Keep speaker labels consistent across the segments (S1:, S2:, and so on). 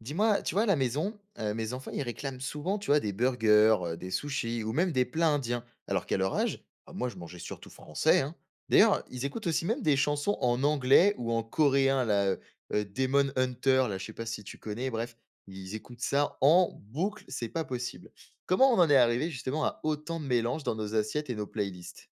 S1: Dis-moi, tu vois, à la maison, mes enfants, ils réclament souvent, tu vois, des burgers, des sushis ou même des plats indiens. Alors qu'à leur âge, ah, moi, je mangeais surtout français, hein. D'ailleurs, ils écoutent aussi même des chansons en anglais ou en coréen, là, Demon Hunter, là, je sais pas si tu connais, bref, ils écoutent ça en boucle, c'est pas possible. Comment on en est arrivé justement à autant de mélanges dans nos assiettes et nos playlists?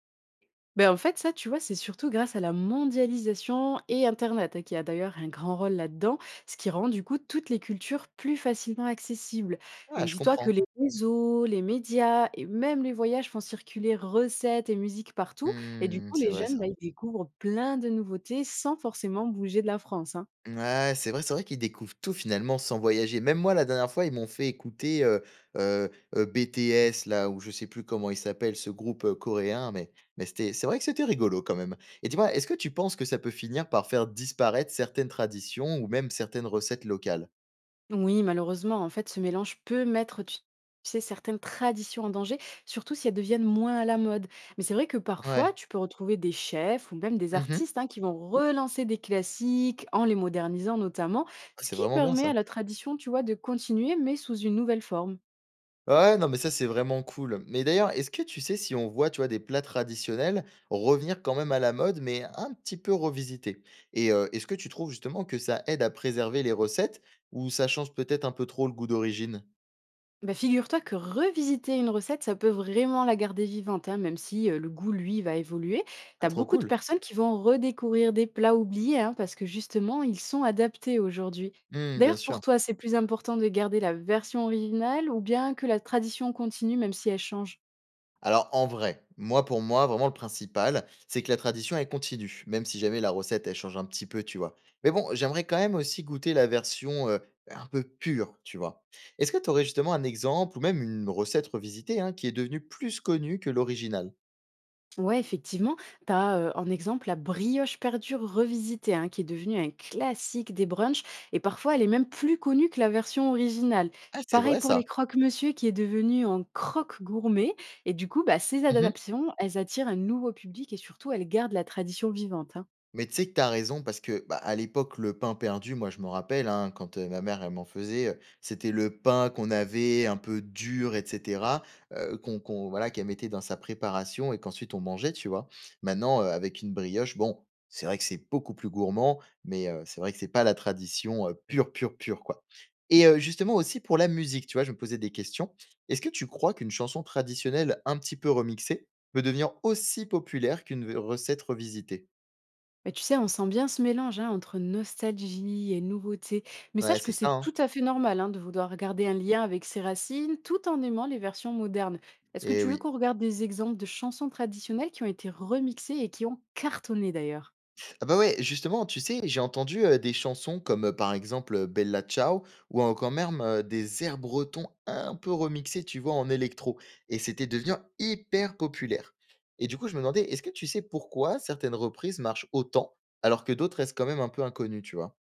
S2: Ben en fait, ça, tu vois, c'est surtout grâce à la mondialisation et Internet, hein, qui a d'ailleurs un grand rôle là-dedans, ce qui rend du coup toutes les cultures plus facilement accessibles.
S1: Ah,
S2: Donc
S1: je
S2: dis-toi que
S1: comprends.
S2: les réseaux, les médias et même les voyages font circuler recettes et musique partout. Et du
S1: Hmm,
S2: coup,
S1: c'est
S2: les
S1: vrai
S2: jeunes,
S1: ça.
S2: bah, ils découvrent plein de nouveautés sans forcément bouger de la France, hein.
S1: Ouais, c'est vrai qu'ils découvrent tout finalement sans voyager. Même moi, la dernière fois, ils m'ont fait écouter heu BTS là ou je sais plus comment il s'appelle ce groupe, coréen, mais c'était c'est vrai que c'était rigolo quand même. Et dis-moi, est-ce que tu penses que ça peut finir par faire disparaître certaines traditions ou même certaines recettes locales?
S2: Oui, malheureusement, en fait, ce mélange peut mettre, tu sais, certaines traditions en danger, surtout si elles deviennent moins à la mode. Mais c'est vrai que parfois,
S1: Ouais.
S2: tu peux retrouver des chefs ou même des
S1: Mmh.
S2: artistes, hein, qui vont relancer des classiques en les modernisant notamment,
S1: Ah,
S2: ce
S1: c'est
S2: qui
S1: vraiment bien
S2: permet à
S1: ça.
S2: la tradition, tu vois, de continuer, mais sous une nouvelle forme.
S1: Ouais, non, mais ça, c'est vraiment cool. Mais d'ailleurs, est-ce que tu sais si on voit, tu vois, des plats traditionnels revenir quand même à la mode, mais un petit peu revisités? Et est-ce que tu trouves justement que ça aide à préserver les recettes ou ça change peut-être un peu trop le goût d'origine?
S2: Bah, figure-toi que revisiter une recette, ça peut vraiment la garder vivante, hein, même si le goût, lui, va évoluer.
S1: Ah,
S2: T'as
S1: trop
S2: beaucoup de
S1: cool.
S2: personnes qui vont redécouvrir des plats oubliés, hein, parce que justement, ils sont adaptés aujourd'hui.
S1: Hmm, bien
S2: D'ailleurs, pour
S1: sûr.
S2: toi, c'est plus important de garder la version originale ou bien que la tradition continue, même si elle change?
S1: Alors en vrai, moi pour moi, vraiment le principal, c'est que la tradition elle continue, même si jamais la recette elle change un petit peu, tu vois. Mais bon, j'aimerais quand même aussi goûter la version un peu pure, tu vois. Est-ce que tu aurais justement un exemple ou même une recette revisitée, hein, qui est devenue plus connue que l'original?
S2: Ouais, effectivement, tu as en exemple la brioche perdure revisitée, hein, qui est devenue un classique des brunchs, et parfois elle est même plus connue que la version originale.
S1: Ah, c'est
S2: Pareil
S1: vrai
S2: pour
S1: ça.
S2: les croque-monsieur, qui est devenu en croque gourmet, et du coup, bah, ces adaptations, elles attirent un nouveau public et surtout, elles gardent la tradition vivante, hein.
S1: Mais tu sais que t'as raison parce que, bah, à l'époque, le pain perdu, moi je me rappelle, hein, quand, ma mère elle m'en faisait, c'était le pain qu'on avait un peu dur et cetera, qu'on qu'on voilà, qu'elle mettait dans sa préparation et qu'ensuite on mangeait, tu vois? Maintenant, avec une brioche, bon, c'est vrai que c'est beaucoup plus gourmand, mais, c'est vrai que c'est pas la tradition, pure, pure, pure, quoi. Et justement aussi pour la musique, tu vois, je me posais des questions. Est-ce que tu crois qu'une chanson traditionnelle un petit peu remixée peut devenir aussi populaire qu'une recette revisitée?
S2: Bah, tu sais, on sent bien ce mélange, hein, entre nostalgie et nouveauté. Mais
S1: Ouais,
S2: sache
S1: c'est
S2: que
S1: ça,
S2: c'est
S1: hein.
S2: tout à fait normal, hein, de vouloir garder un lien avec ses racines tout en aimant les versions modernes. Est-ce que
S1: Eh
S2: tu veux
S1: oui.
S2: qu'on regarde des exemples de chansons traditionnelles qui ont été remixées et qui ont cartonné d'ailleurs?
S1: Ah bah ouais, justement, tu sais, j'ai entendu, des chansons comme, par exemple, Bella Ciao ou encore même, des airs bretons un peu remixés, tu vois, en électro et c'était devenu hyper populaire et du coup, je me demandais, est-ce que tu sais pourquoi certaines reprises marchent autant alors que d'autres restent quand même un peu inconnues, tu vois?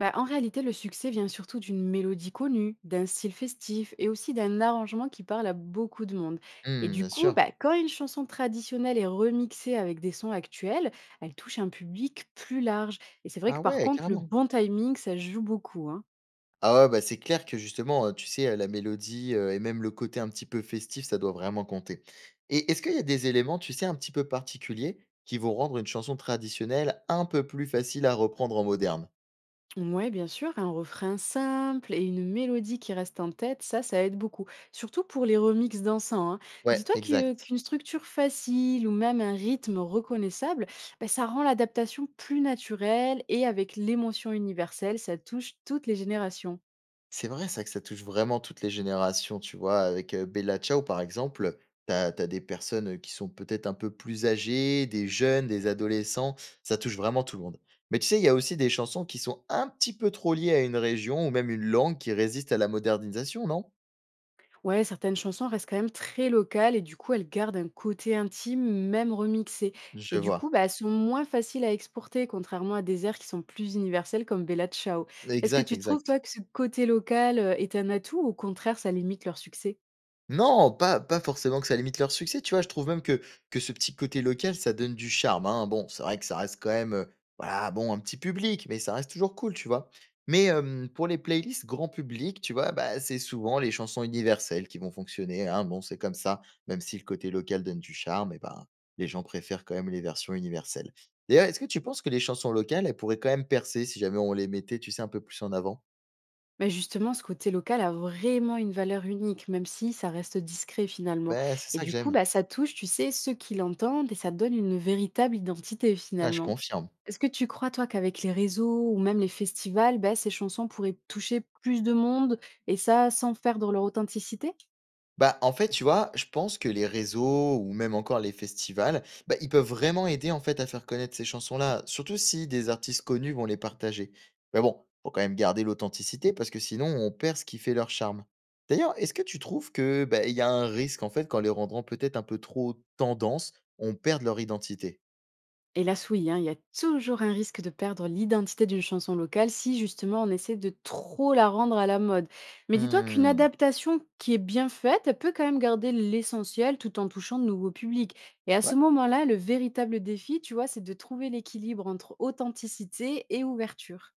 S2: Bah, en réalité, le succès vient surtout d'une mélodie connue, d'un style festif et aussi d'un arrangement qui parle à beaucoup de monde. Et
S1: Mmh,
S2: du
S1: bien
S2: coup,
S1: sûr.
S2: bah, quand une chanson traditionnelle est remixée avec des sons actuels, elle touche un public plus large. Et c'est vrai
S1: Ah
S2: que par
S1: ouais,
S2: contre, le
S1: carrément.
S2: bon timing, ça joue beaucoup, hein.
S1: Ah ouais, bah, c'est clair que justement, tu sais, la mélodie, et même le côté un petit peu festif, ça doit vraiment compter et est-ce qu'il y a des éléments, tu sais, un petit peu particuliers qui vont rendre une chanson traditionnelle un peu plus facile à reprendre en moderne?
S2: Ouais, bien sûr, un refrain simple et une mélodie qui reste en tête, ça aide beaucoup. Surtout pour les remixes dansants, hein.
S1: Ouais, exact.
S2: Qu'une structure facile ou même un rythme reconnaissable, ben, ça rend l'adaptation plus naturelle et avec l'émotion universelle, ça touche toutes les générations.
S1: C'est vrai que ça touche vraiment toutes les générations, tu vois? Avec, Bella Ciao, par exemple, tu as des personnes, qui sont peut-être un peu plus âgées, des jeunes, des adolescents, ça touche vraiment tout le monde. Mais tu sais, il y a aussi des chansons qui sont un petit peu trop liées à une région ou même une langue qui résiste à la modernisation, non?
S2: Ouais, certaines chansons restent quand même très locales et du coup, elles gardent un côté intime, même remixé.
S1: Je
S2: Et du coup,
S1: vois.
S2: bah, elles sont moins faciles à exporter, contrairement à des airs qui sont plus universels comme Bella Ciao. Est-ce que
S1: Exact,
S2: tu trouves,
S1: exact.
S2: toi, que ce côté local est un atout ou au contraire, ça limite leur succès?
S1: Non, pas forcément que ça limite leur succès, tu vois? Je trouve même que ce petit côté local, ça donne du charme, hein. Bon, c'est vrai que ça reste quand même, voilà, bon, un petit public, mais ça reste toujours cool, tu vois? Mais, pour les playlists grand public, tu vois? Bah, c'est souvent les chansons universelles qui vont fonctionner, hein. Bon, c'est comme ça, même si le côté local donne du charme, et ben, les gens préfèrent quand même les versions universelles. D'ailleurs, est-ce que tu penses que les chansons locales, elles pourraient quand même percer si jamais on les mettait, tu sais, un peu plus en avant?
S2: Bah justement, ce côté local a vraiment une valeur unique, même si ça reste discret finalement.
S1: Ben c'est
S2: Et
S1: ça que
S2: du coup,
S1: j'aime.
S2: bah, ça touche, tu sais, ceux qui l'entendent et ça donne une véritable identité
S1: Ah, je
S2: finalement.
S1: confirme.
S2: Est-ce que tu crois, toi, qu'avec les réseaux ou même les festivals, bah, ces chansons pourraient toucher plus de monde et ça sans perdre leur authenticité?
S1: Bah, en fait, tu vois, je pense que les réseaux ou même encore les festivals, bah, ils peuvent vraiment aider en fait à faire connaître ces chansons-là, surtout si des artistes connus vont les partager. Mais bon, faut quand même garder l'authenticité parce que sinon on perd ce qui fait leur charme. D'ailleurs, est-ce que tu trouves que bah, il y a un risque en fait qu'en les rendant peut-être un peu trop tendance, on perde leur identité?
S2: Hélas, oui, hein, il y a toujours un risque de perdre l'identité d'une chanson locale si justement on essaie de trop la rendre à la mode. Mais dis-toi qu'une
S1: Hmm,
S2: adaptation qui est bien faite, elle peut quand même garder l'essentiel tout en touchant de nouveaux publics. Et à
S1: ouais.
S2: ce moment-là, le véritable défi, tu vois, c'est de trouver l'équilibre entre authenticité et ouverture.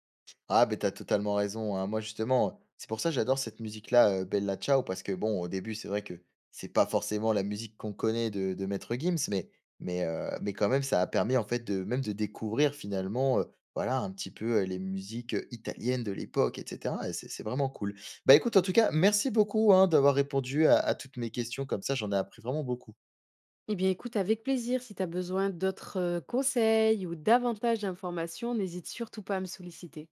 S1: Ah, beh, t'as totalement raison, hein. Moi, justement, c'est pour ça que j'adore cette musique-là, Bella Ciao, parce que bon, au début, c'est vrai que c'est pas forcément la musique qu'on connaît de Maître Gims, mais quand même, ça a permis, en fait, de même de découvrir finalement, voilà, un petit peu, les musiques, italiennes de l'époque et cetera et c'est vraiment cool. Bah, écoute, en tout cas, merci beaucoup, hein, d'avoir répondu à toutes mes questions. Comme ça, j'en ai appris vraiment beaucoup.
S2: Eh bien, écoute, avec plaisir. Si tu as besoin d'autres conseils ou davantage d'informations, n'hésite surtout pas à me solliciter.